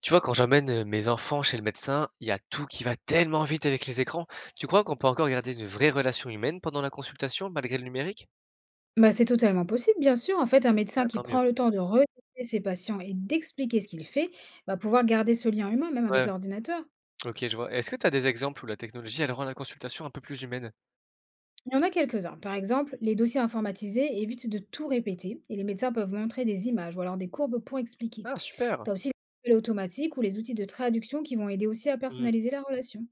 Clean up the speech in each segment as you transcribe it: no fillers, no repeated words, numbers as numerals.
Tu vois, quand j'emmène mes enfants chez le médecin, il y a tout qui va tellement vite avec les écrans. Tu crois qu'on peut encore garder une vraie relation humaine pendant la consultation malgré le numérique? Bah, c'est totalement possible, bien sûr. En fait, un Ah, médecin qui tant mieux. prend le temps de retester ses patients et d'expliquer ce qu'il fait va pouvoir garder ce lien humain, même avec Ouais, l'ordinateur. ok, je vois. Est-ce que tu as des exemples où la technologie, elle rend la consultation un peu plus humaine? Il y en a quelques-uns. Par exemple, les dossiers informatisés évitent de tout répéter et les médecins peuvent montrer des images ou alors des courbes pour expliquer. Ah, Tu super. as aussi les appels automatiques ou les outils de traduction qui vont aider aussi à Mm. personnaliser la relation.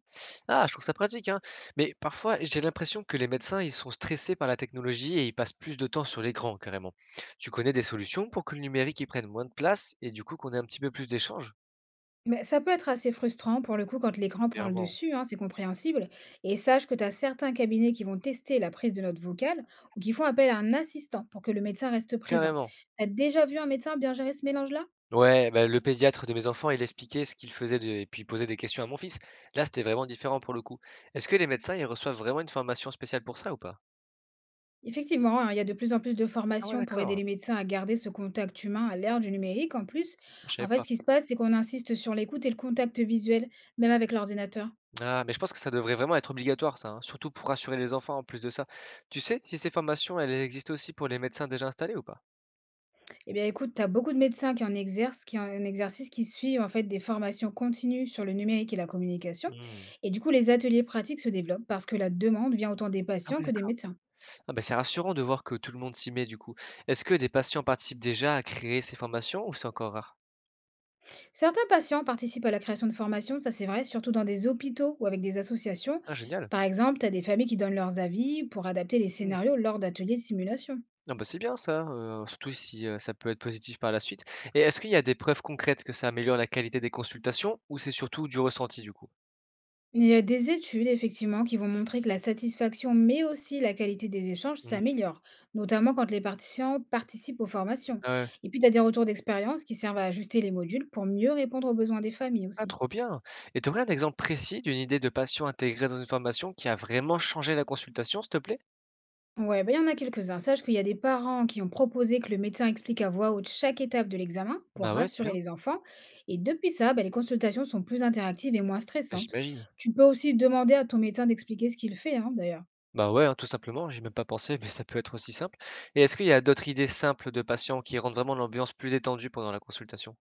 Ah, je trouve ça pratique, hein. Mais parfois, j'ai l'impression que les médecins, ils sont stressés par la technologie et ils passent plus de temps sur l'écran, carrément. Tu connais des solutions pour que le numérique y prenne moins de place et du coup qu'on ait un petit peu plus d'échanges? Mais ça peut être assez frustrant pour le coup quand l'écran prend le Clairement. dessus, hein, c'est compréhensible. Et sache que tu as certains cabinets qui vont tester la prise de notes vocales ou qui font appel à un assistant pour que le médecin reste présent. Carrément. Tu as déjà vu un médecin bien gérer ce mélange-là? Ouais, bah, le pédiatre de mes enfants, il expliquait ce qu'il faisait de et puis il posait des questions à mon fils. Là, c'était vraiment différent pour le coup. Est-ce que les médecins, ils reçoivent vraiment une formation spéciale pour ça ou pas? Effectivement, hein, il y a de plus en plus de Ah ouais, formations pour aider d'accord. les médecins à garder ce contact humain à l'ère du numérique en plus. Je savais En fait, pas. ce qui se passe, c'est qu'on insiste sur l'écoute et le contact visuel, même avec l'ordinateur. Ah, mais je pense que ça devrait vraiment être obligatoire, ça, hein, surtout pour rassurer les enfants en plus de ça. Tu sais si ces formations, elles existent aussi pour les médecins déjà installés ou pas? Eh bien, écoute, tu as beaucoup de médecins qui en exercent, qui en un exercice qui suivent en fait des formations continues sur le numérique et la communication. Hmm. Et du coup, les ateliers pratiques se développent parce que la demande vient autant des Ah oui, patients que des d'accord. médecins. Ah bah, c'est rassurant de voir que tout le monde s'y met du coup. Est-ce que des patients participent déjà à créer ces formations ou c'est encore rare? Certains patients participent à la création de formations, ça c'est vrai, surtout dans des hôpitaux ou avec des associations. Ah, génial. Par exemple, tu as des familles qui donnent leurs avis pour adapter les scénarios lors d'ateliers de simulation. Ah bah, c'est bien ça, surtout si, ça peut être positif par la suite et est-ce qu'il y a des preuves concrètes que ça améliore la qualité des consultations ou c'est surtout du ressenti du coup? Il y a des études, effectivement, qui vont montrer que la satisfaction, mais aussi la qualité des échanges Mmh. s'améliore, notamment quand les participants participent aux formations. Ouais. Et puis, tu as des retours d'expérience qui servent à ajuster les modules pour mieux répondre aux besoins des familles Ah aussi. trop bien et tu aurais un exemple précis d'une idée de patient intégrée dans une formation qui a vraiment changé la consultation, s'il te plaît? Ouais, bah, il y en a quelques-uns. Sache qu'il y a des parents qui ont proposé que le médecin explique à voix haute chaque étape de l'examen pour Bah, ouais, c'est rassurer bien, les enfants. Et depuis ça, bah, les consultations sont plus interactives et moins bah, stressantes. j'imagine. Tu peux aussi demander à ton médecin d'expliquer ce qu'il fait, hein, d'ailleurs. Bah, ouais, hein, tout simplement, j'y ai même pas pensé mais ça peut être aussi simple et est-ce qu'il y a d'autres idées simples de patients qui rendent vraiment l'ambiance plus détendue pendant la consultation?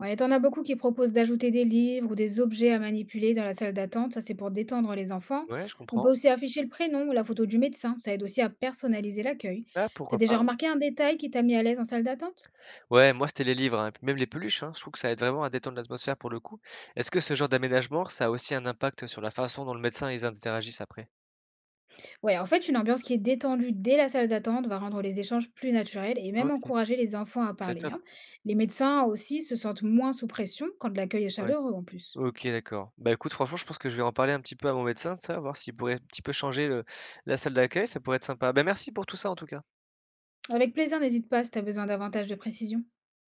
Ouais, et t'en as beaucoup qui proposent d'ajouter des livres ou des objets à manipuler dans la salle d'attente, ça c'est pour détendre les enfants. Ouais, je On peut comprends. aussi afficher le prénom ou la photo du médecin, ça aide aussi à personnaliser l'accueil. Ah T'as pourquoi déjà pas. remarqué un détail qui t'a mis à l'aise en salle d'attente? Ouais, moi, c'était les livres, hein, et puis même les peluches, hein, je trouve que ça aide vraiment à détendre l'atmosphère pour le coup. Est-ce que ce genre d'aménagement, ça a aussi un impact sur la façon dont le médecin ils interagissent après? Ouais, en fait, une ambiance qui est détendue dès la salle d'attente va rendre les échanges plus naturels et même OK, encourager les enfants à c'est parler, top, hein. Les médecins aussi se sentent moins sous pression quand l'accueil est ouais. chaleureux en plus. OK, d'accord. Bah, écoute, franchement, je pense que je vais en parler un petit peu à mon médecin de ça, voir s'il pourrait un petit peu changer le la salle d'accueil, ça pourrait être sympa. Bah, merci pour tout ça, en tout cas. Avec plaisir, n'hésite pas si t'as besoin davantage de précision.